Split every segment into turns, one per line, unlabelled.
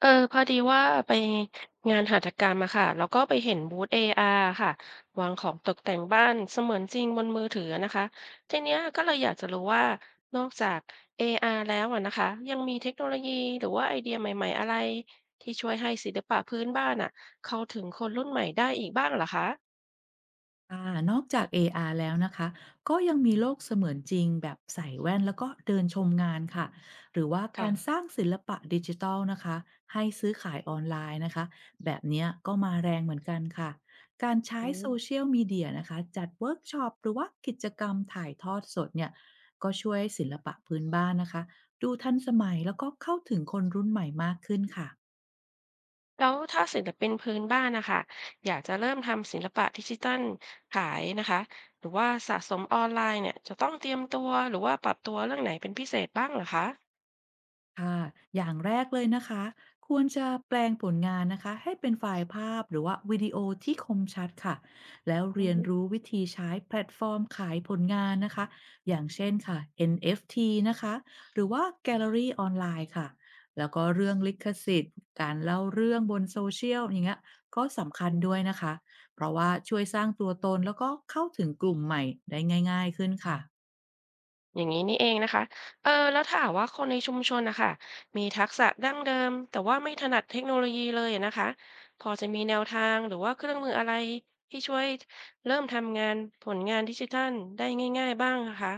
พอดีว่าไปงานหัตถกรรมอะค่ะแล้วก็ไปเห็นบูธ AR ค่ะวางของตกแต่งบ้านเสมือนจริงบนมือถือนะคะทีเนี้ยก็เลยอยากจะรู้ว่านอกจาก AR แล้วอะนะคะยังมีเทคโนโลยีหรือว่าไอเดียใหม่ๆอะไรที่ช่วยให้ศิลปะพื้นบ้านอะเข้าถึงคนรุ่นใหม่ได้อีกบ้างเหรอคะ
อ่านอกจาก AR แล้วนะคะก็ยังมีโลกเสมือนจริงแบบใส่แว่นแล้วก็เดินชมงานค่ะหรือว่าการส
ค่ะ
ร้างศิลปะดิจิทัลนะคะให้ซื้อขายออนไลน์นะคะแบบเนี้ยก็มาแรงเหมือนกันค่ะการใช้โซเชียลมีเดียนะคะจัดเวิร์กช็อปหรือว่ากิจกรรมถ่ายทอดสดเนี่ยก็ช่วยศิลปะพื้นบ้านนะคะดูทันสมัยแล้วก็เข้าถึงคนรุ่นใหม่มากขึ้นค่ะ
แล้วถ้าศิลปินพื้นบ้านนะคะอยากจะเริ่มทำศิลปะดิจิทัลขายนะคะหรือว่าสะสมออนไลน์เนี่ยจะต้องเตรียมตัวหรือว่าปรับตัวเรื่องไหนเป็นพิเศษบ้างเหรอคะ
ค่ะ อย่างแรกเลยนะคะ ควรจะแปลงผลงานนะคะ ให้เป็นไฟล์ภาพหรือว่าวิดีโอที่คมชัดค่ะ แล้ว
อื
เรียน
ม
รู้วิธีใช้แพลตฟอร์มขายผลงานนะคะ อย่างเช่นค่ะ NFT นเอฟทีนะคะ หรือว่าแกลเลอรี่ออนไลน์ค่ะ แล้วก็เรื่องลิขสิทธิ์การเล่าเรื่องบนโซเชียล อย่างเงี้ยก็สำคัญ
อื
ด้วย
ม
นะคะ เพราะว่าช่วยสร้างตัวตนแล้วก็เข้าถึงกลุ่มใหม่ได้ง่ายๆขึ้นค่ะ
อย่างนี้นี่เองนะคะแล้วถ้าหากว่าคนในชุมชนนะคะมีทักษะดั้งเดิมแต่ว่าไม่ถนัดเทคโนโลยีเลยนะคะพอจะมีแนวทางหรือว่าเครื่องมืออะไรที่ช่วยเริ่มทำงานผลงานดิจิทัลได้ง่ายๆบ้างนะคะ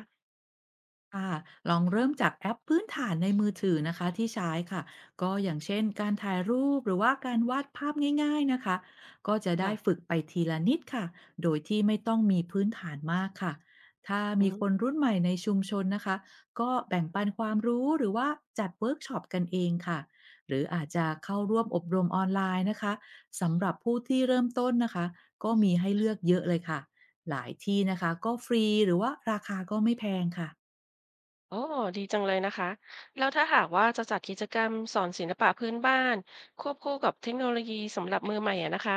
ค่ะลองเริ่มจากแอปพื้นฐานในมือถือนะคะที่ใช้ค่ะ ก็อย่างเช่นการถ่ายรูปหรือว่าการวาดภาพง่ายๆนะคะ ก็จะ
ค
ได้ฝึ
่
กไปทีละนิดค่ะ โดยที่ไม่ต้องมีพื้นฐานมากค่ะถ้ามีคน
ะ
รุ่นใหม่ในชุมชนนะคะ ก็แบ่งปันความรู้หรือว่าจัดเวิร์กช็อปกันเองค่ะ หรืออาจจะเข้าร่วมอบรมออนไลน์นะคะ สำหรับผู้ที่เริ่มต้นนะคะก็มีให้เลือกเยอะเลยค่ะหลายที่นะคะก็ฟรีหรือว่าราคาก็ไม่แพงค่ะ
โอ้ดีจังเลยนะคะแล้วถ้าหากว่าจะจัดกิจกรรมสอนศิลปะพื้นบ้านควบคู่กับเทคโนโลยีสำหรับมือใหม่อะนะคะ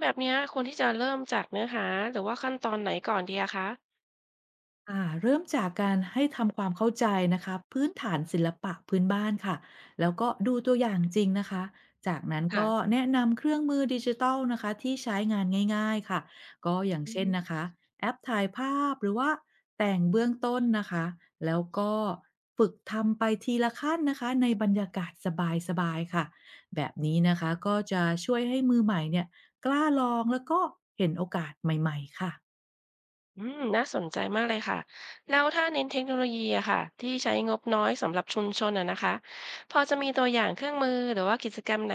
แบบเนี้ยควรที่จะเริ่มจากเนื้อหาหรือว่าขั้นตอนไหนก่อนดีอะคะ
เริ่มจากการให้ทำความเข้าใจนะคะพื้นฐานศิลปะพื้นบ้านค่ะแล้วก็ดูตัวอย่างจริงนะคะจากนั้นก็
ค่ะ
แนะนำเครื่องมือดิจิทัลนะคะที่ใช้งานง่ายๆค่ะก็อย่าง
อือ
เช่น
ฮึ
นะคะแอปถ่ายภาพหรือว่าแต่งเบื้องต้นนะคะแล้วก็ฝึกทำไปทีละขั้นนะคะในบรรยากาศสบายๆค่ะแบบนี้นะคะก็จะช่วยให้มือใหม่เนี่ยกล้าลองแล้วก็เห็นโอกาสใหม่ๆค่ะ
อืมน่าสนใจมากเลยค่ะแล้วถ้าเน้นเทคโนโลยีอะค่ะที่ใช้งบน้อยสำหรับชุมชนอะนะคะพอจะมีตัวอย่างเครื่องมือหรือว่ากิจกรรมไหน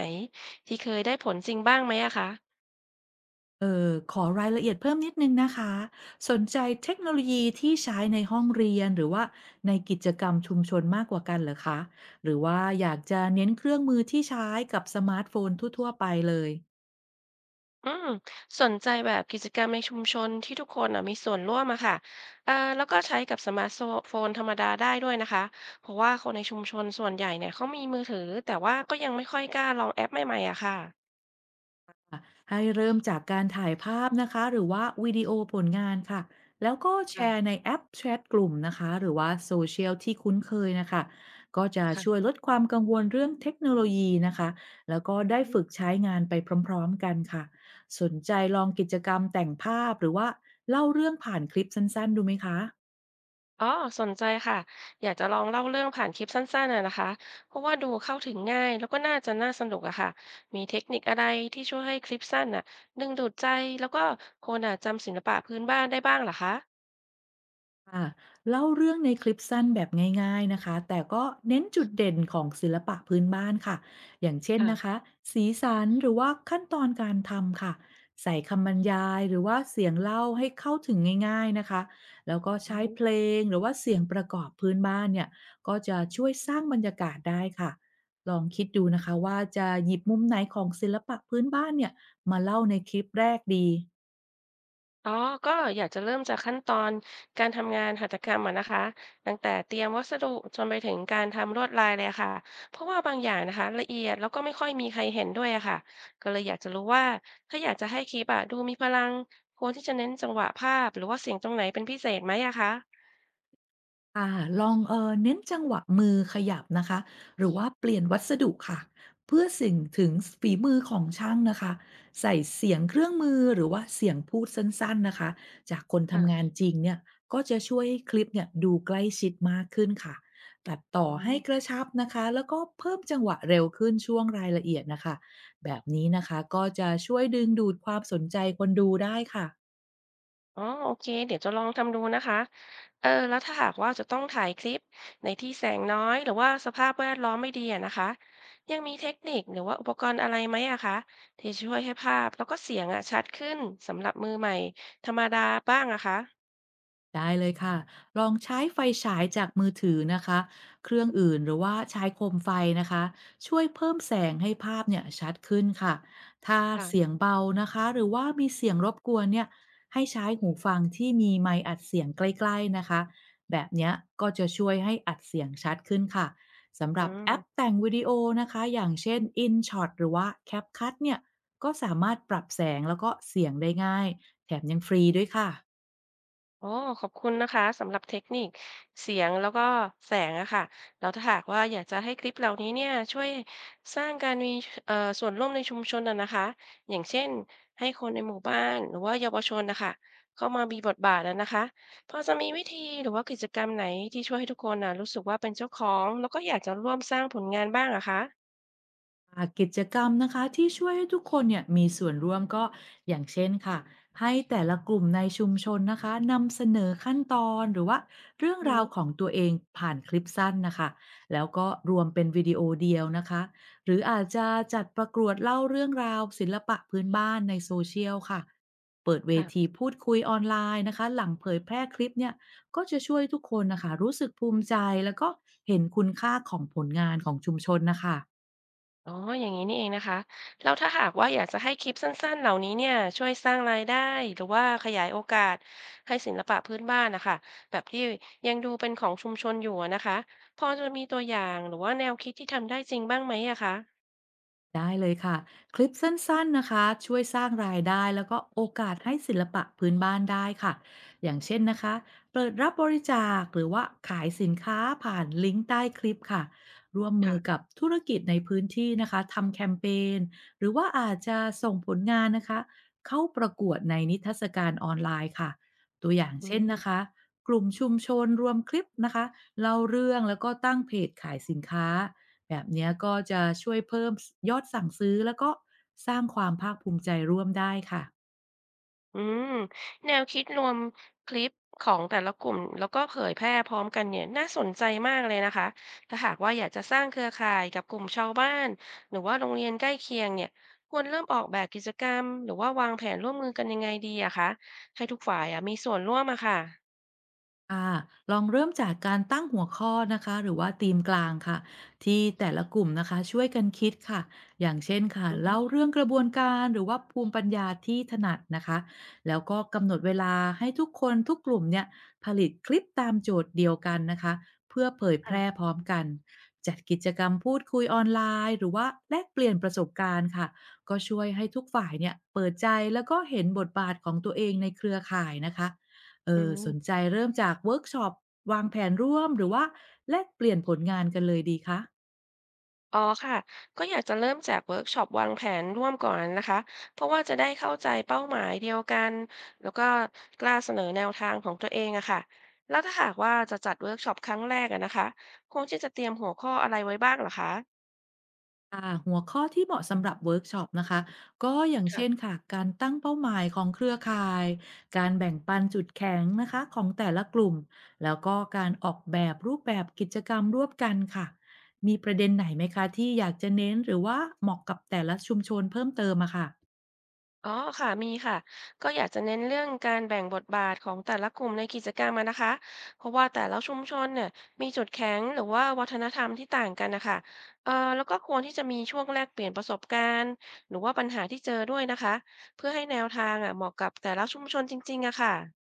ที่เคยได้ผลจริงบ้างไหมอะคะ
เออขอรายละเอียดเพิ่มนิดนึงนะคะสนใจเทคโนโลยีที่ใช้ในห้องเรียนหรือว่าในกิจกรรมชุมชนมากกว่ากันเหรอคะหรือว่าอยากจะเน้นเครื่องมือที่ใช้กับสมาร์ทโฟนทั่วๆไปเลย
อืมสนใจแบบกิจกรรมในชุมชนที่ทุกคนน่ะมีส่วนร่วมอะค่ะแล้วก็ใช้กับสมาร์ทโฟนธรรมดาได้ด้วยนะคะเพราะว่าคนในชุมชนส่วนใหญ่เนี่ยเขามีมือถือแต่ว่าก็ยังไม่ค่อยกล้าลองแอปใหม่ๆอะค่ะ
ให้เริ่มจากการถ่ายภาพนะคะหรือว่าวิดีโอผลงานค่ะแล้วก็แชร์ใน
ค่ะ
แอปแชทกลุ่มนะคะหรือว่าโซเชียลที่คุ้นเคยนะคะก็จะช่วย
ค่ะ
ลดความกังวลเรื่องเทคโนโลยีนะคะแล้วก็ได้
อืม
ฝึกใช้งานไปพร้อมๆกันค่ะสนใจลองกิจกรรมแต่งภาพหรือว่าเล่าเรื่องผ่านคลิปสั้นๆดูไหมคะ
อ๋อสนใจค่ะอยากจะลองเล่าเรื่องผ่านคลิปสั้นๆน่ะนะคะเพราะว่าดูเข้าถึงง่ายแล้วก็น่าจะน่าสนุกอะค่ะมีเทคนิคอะไรที่ช่วยให้คลิปสั้นอะดึงดูดใจแล้วก็คนอะจำศิลปะพื้นบ้านได้บ้างเหรอคะ
ค่ะเล่าเรื่องในคลิปสั้นแบบง่ายๆนะคะแต่ก็เน้นจุดเด่นของศิลปะพื้นบ้านค่ะอย่างเช่นนะ
อ่
คะสีสันหรือว่าขั้นตอนการทำค่ะใส่คำบรรยายหรือว่าเสียงเล่าให้เข้าถึงง่ายๆนะคะแล้วก็ใช้
ะ
เพลงหรือว่าเสียงประกอบพื้นบ้านเนี่ยก็จะช่วยสร้างบรรยากาศได้ค่ะลองคิดดูนะคะว่าจะหยิบมุมไหนของศิลปะพื้นบ้านเนี่ยมาเล่าในคลิปแรกดี
อ๋อก็อยากจะเริ่มจากขั้นตอนการทำงานหัตถกรรมอะนะคะ ตั้งแต่เตรียมวัสดุจนไปถึงการทำลวดลายเลยค่ะ เพราะว่าบางอย่างนะคะละเอียดแล้วก็ไม่ค่อยมีใครเห็นด้วยอะค่ะ ก็เลยอยากจะรู้ว่าถ้าอยากจะให้คลิปอะดูมีพลังควรที่จะเน้นจังหวะภาพหรือว่าเสียงตรงไหนเป็นพิเศษไหมอะคะ
ค่ะลองเน้นจังหวะมือขยับนะคะหรือว่าเปลี่ยนวัสดุค่ะเพื่อสิ่งถึงฝีมือของช่างนะคะใส่เสียงเครื่องมือหรือว่าเสียงพูดสั้นๆนะคะจากคน
ค่ะ
ทำงานจริงเนี่ยก็จะช่วยให้คลิปเนี่ยดูใกล้ชิดมากขึ้นค่ะตัดต่อ
อื
ให้กระชับนะคะแล้วก็เพิ่มจังหวะเร็วขึ้นช่วงรายละเอียดนะคะแบบนี้นะคะก็จะช่วยดึงดูดความสนใจคนดูได้ค่ะ
อ๋อโอเคเดี๋ยวจะลองทำดูนะคะ แล้วถ้าหากว่าจะต้องถ่ายคลิปในที่แสงน้อยหรือว่าสภาพแวดล้อมไม่ดีอะนะคะ ยังมีเทคนิคหรือว่าอุปกรณ์อะไรไหมอะคะที่จะช่วยให้ภาพแล้วก็เสียงอะชัดขึ้นสำหรับมือใหม่ธรรมดาบ้างอะคะ
ได้เลยค่ะลองใช้ไฟฉายจากมือถือนะคะ เครื่องอื่นหรือว่าใช้โคมไฟนะคะ ช่วยเพิ่มแสงให้ภาพเนี่ยชัดขึ้นค่ะถ้าเสียง
ค่ะ
เบานะคะ หรือว่ามีเสียงรบกวนเนี่ยให้ใช้หูฟังที่มีไมค์อัดเสียงใกล้ๆนะคะแบบเนี้ยก็จะช่วยให้อัดเสียงชัดขึ้นค่ะสำห
อื
รับแอป
ม
แต่งวิดีโอนะคะอย่างเช่น InShot หรือว่า CapCut เนี่ยก็สามารถปรับแสงแล้วก็เสียงได้ง่าย แถมยังฟรีด้วยค่ะ
อ๋อขอบคุณนะคะสำหรับเทคนิคเสียงแล้วก็แสงอะค่ะแล้วถ้าหากว่าอยากจะให้คลิปเหล่านี้เนี่ยช่วยสร้างการมีส่วนร่วมในชุมชนอะนะคะอย่างเช่นให้คนในหมู่บ้านหรือว่าเยาวชนนะคะเข้ามามีบทบาทอะนะคะพอจะมีวิธีหรือว่ากิจกรรมไหนที่ช่วยให้ทุกคนน่ะรู้สึกว่าเป็นเจ้าของแล้วก็อยากจะร่วมสร้างผลงานบ้างอะคะ
กิจกรรมนะคะที่ช่วยให้ทุกคนเนี่ยมีส่วนร่วมก็อย่างเช่นค่ะให้แต่ละกลุ่มในชุมชนนะคะนำเสนอขั้นตอนหรือว่าเรื่อง
อื
ราวข
ม
องตัวเองผ่านคลิปสั้นนะคะแล้วก็รวมเป็นวิดีโอเดียวนะคะหรืออาจจะจัดประกวดเล่าเรื่องราวศิลปะพื้นบ้านในโซเชียลค่ะเปิดเว
ค่ะ
ทีพูดคุยออนไลน์นะคะหลังเผยแพร่คลิปเนี่ยก็จะช่วยทุกคนนะคะรู้สึกภูมิใจแล้วก็เห็นคุณค่าของผลงานของชุมชนนะคะ
อ๋ออย่างนี้นี่เองนะคะ แล้วถ้าหากว่าอยากจะให้คลิปสั้นๆเหล่านี้เนี่ยช่วยสร้างรายได้หรือว่าขยายโอกาสให้ศิลปะพื้นบ้านนะคะ แบบที่ยังดูเป็นของชุมชนอยู่อะนะคะพอจะมีตัวอย่างหรือว่าแนวคิดที่ทำได้จริงบ้างไหมอะคะ
ได้เลยค่ะคลิปสั้นๆนะคะช่วยสร้างรายได้แล้วก็โอกาสให้ศิลปะพื้นบ้านได้ค่ะอย่างเช่นนะคะเปิดรับบริจาคหรือว่าขายสินค้าผ่านลิงก์ใต้คลิปค่ะร่วมมือ
ค่ะ
กับธุรกิจในพื้นที่นะคะทำแคมเปญหรือว่าอาจจะส่งผลงานนะคะเข้าประกวดในนิทรรศการออนไลน์ค่ะตัวอย่าง
อื
เช่นนะ
ม
คะกลุ่มชุมชนรวมคลิปนะคะเล่าเรื่องแล้วก็ตั้งเพจขายสินค้า แบบเนี้ยก็จะช่วยเพิ่มยอดสั่งซื้อแล้วก็สร้างความภาคภูมิใจร่วมได้ค่ะ
อืมแนวคิดรวมคลิปของแต่ละกลุ่มแล้วก็เผยแพร่พร้อมกันเนี่ยน่าสนใจมากเลยนะคะถ้าหากว่าอยากจะสร้างเครือข่ายกับกลุ่มชาวบ้านหรือว่าโรงเรียนใกล้เคียงเนี่ยควรเริ่มออกแบบกิจกรรมหรือว่าวางแผนร่วมมือกันยังไงดีอะคะให้ทุกฝ่ายอะมีส่วนร่วมอะค่ะ
ค่ะลองเริ่มจากการตั้งหัวข้อนะคะหรือว่าธีมกลางค่ะที่แต่ละกลุ่มนะคะช่วยกันคิดค่ะอย่างเช่นค่ะ
อื
เล่า
ม
เรื่องกระบวนการหรือว่าภูมิปัญญาที่ถนัดนะคะแล้วก็กำหนดเวลาให้ทุกคนทุกกลุ่มเนี่ยผลิตคลิปตามโจทย์เดียวกันนะคะเพื่อเผยแพ
ค่ะ
ร่พร้อมกันจัดกิจกรรมพูดคุยออนไลน์หรือว่าแลกเปลี่ยนประสบการณ์ค่ะก็ช่วยให้ทุกฝ่ายเนี่ยเปิดใจแล้วก็เห็นบทบาทของตัวเองในเครือข่ายนะคะ
อื
ส
ม
นใจเริ่มจากเวิร์กช็อปวางแผนร่วมหรือว่าแลกเปลี่ยนผลงานกันเลยดีคะ
อ๋อค่ะก็อยากจะเริ่มจากเวิร์กช็อปวางแผนร่วมก่อนนะคะเพราะว่าจะได้เข้าใจเป้าหมายเดียวกันแล้วก็กล้าเสนอแนวทางของตัวเองอะค่ะแล้วถ้าหากว่าจะจัดเวิร์กช็อปครั้งแรกอะนะคะควรที่จะเตรียมหัวข้ออะไรไว้บ้างเหรอคะ
ค่ะหัวข้อที่เหมาะสำหรับเวิร์กช็อปนะคะก็อย่างเช่นค่ะการตั้งเป้าหมายของเครือข่ายการแบ่งปันจุดแข็งนะคะของแต่ละกลุ่มแล้วก็การออกแบบรูปแบบกิจกรรมร่วมกันค่ะมีประเด็นไหนไหมคะที่อยากจะเน้นหรือว่าเหมาะกับแต่ละชุมชนเพิ่มเติมอะค่ะ
อ๋อค่ะมีค่ะก็อยากจะเน้นเรื่องการแบ่งบทบาทของแต่ละกลุ่มในกิจกรรมอะนะคะเพราะว่าแต่ละชุมชนเนี่ยมีจุดแข็งหรือว่าวัฒนธรรมที่ต่างกันนะคะแล้วก็ควรที่จะมีช่วงแลกเปลี่ยนประสบการณ์หรือว่าปัญหาที่เจอด้วยนะคะเพื่อให้แนวทางอ่ะเหมาะกับแต่ละชุมชนจริงๆอะค่ะ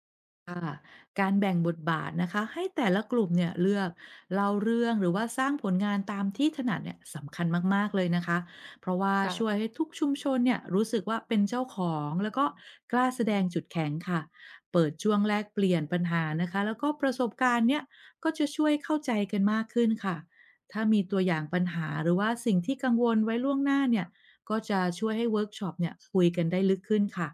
ค่ะการแบ่งบทบาทนะคะให้แต่ละกลุ่มเนี่ยเลือกเล่าเรื่องหรือว่าสร้างผลงานตามที่ถนัดเนี่ยสำคัญมากๆเลยนะคะเพราะว่าช่วย
ค่ะ
ให้ทุกชุมชนเนี่ยรู้สึกว่าเป็นเจ้าของแล้วก็กล้าแสดงจุดแข็งค่ะเปิดช่วงแลกเปลี่ยนปัญหานะคะแล้วก็ประสบการณ์เนี่ยก็จะช่วยเข้าใจกันมากขึ้นค่ะถ้ามีตัวอย่างปัญหาหรือว่าสิ่งที่กังวลไว้ล่วงหน้าเนี่ยก็จะช่วยให้เวิร์กช็อปเนี่ยคุยกันได้ลึกขึ้นค่ะ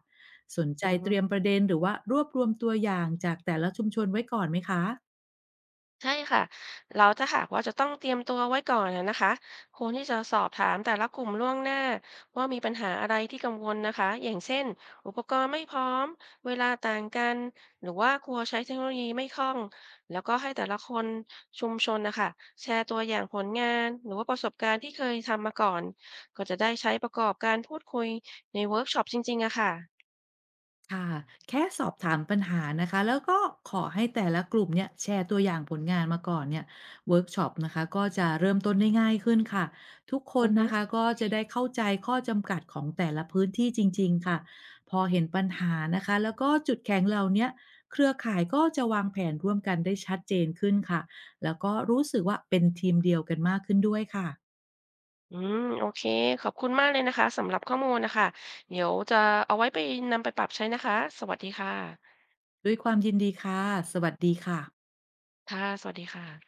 สนใจ
อื
เตรี
ม
ยมประเด็นหรือว่ารวบรวมตัวอย่างจากแต่ละชุมชนไว้ก่อนไหมคะ
ใช่ค่ะเราถ้าหากว่าจะต้องเตรียมตัวไว้ก่อนนะนะคะควรที่จะสอบถามแต่ละกลุ่มล่วงหน้าว่ามีปัญหาอะไรที่กังวลนะคะอย่างเช่นอุปกรณ์ไม่พร้อมเวลาต่างกันหรือว่ากลัวใช้เทคโนโลยีไม่คล่องแล้วก็ให้แต่ละคนชุมชนนะคะแชร์ตัวอย่างผลงานหรือว่าประสบการณ์ที่เคยทำมาก่อนก็จะได้ใช้ประกอบการพูดคุยในเวิร์กช็อปจริงๆอะค่ะ
ค่ะแค่สอบถามปัญหานะคะแล้วก็ขอให้แต่ละกลุ่มเนี่ยแชร์ตัวอย่างผลงานมาก่อนเนี่ยเวิร์กช็อปนะคะก็จะเริ่มต้นได้ง่ายขึ้นค่ะทุกคน
อือฮึ
นะคะก็จะได้เข้าใจข้อจำกัดของแต่ละพื้นที่จริงๆค่ะพอเห็นปัญหานะคะแล้วก็จุดแข็งเราเนี้ยเครือข่ายก็จะวางแผนร่วมกันได้ชัดเจนขึ้นค่ะแล้วก็รู้สึกว่าเป็นทีมเดียวกันมากขึ้นด้วยค่ะ
อืมโอเคขอบคุณมากเลยนะคะสำหรับข้อมูลนะคะเดี๋ยวจะเอาไว้ไปนำไปปรับใช้นะคะสวัสดีค่ะ
ด้วยความยินดีค่ะ สวัสดีค่ะ
ค่ะสวัสดีค่ะ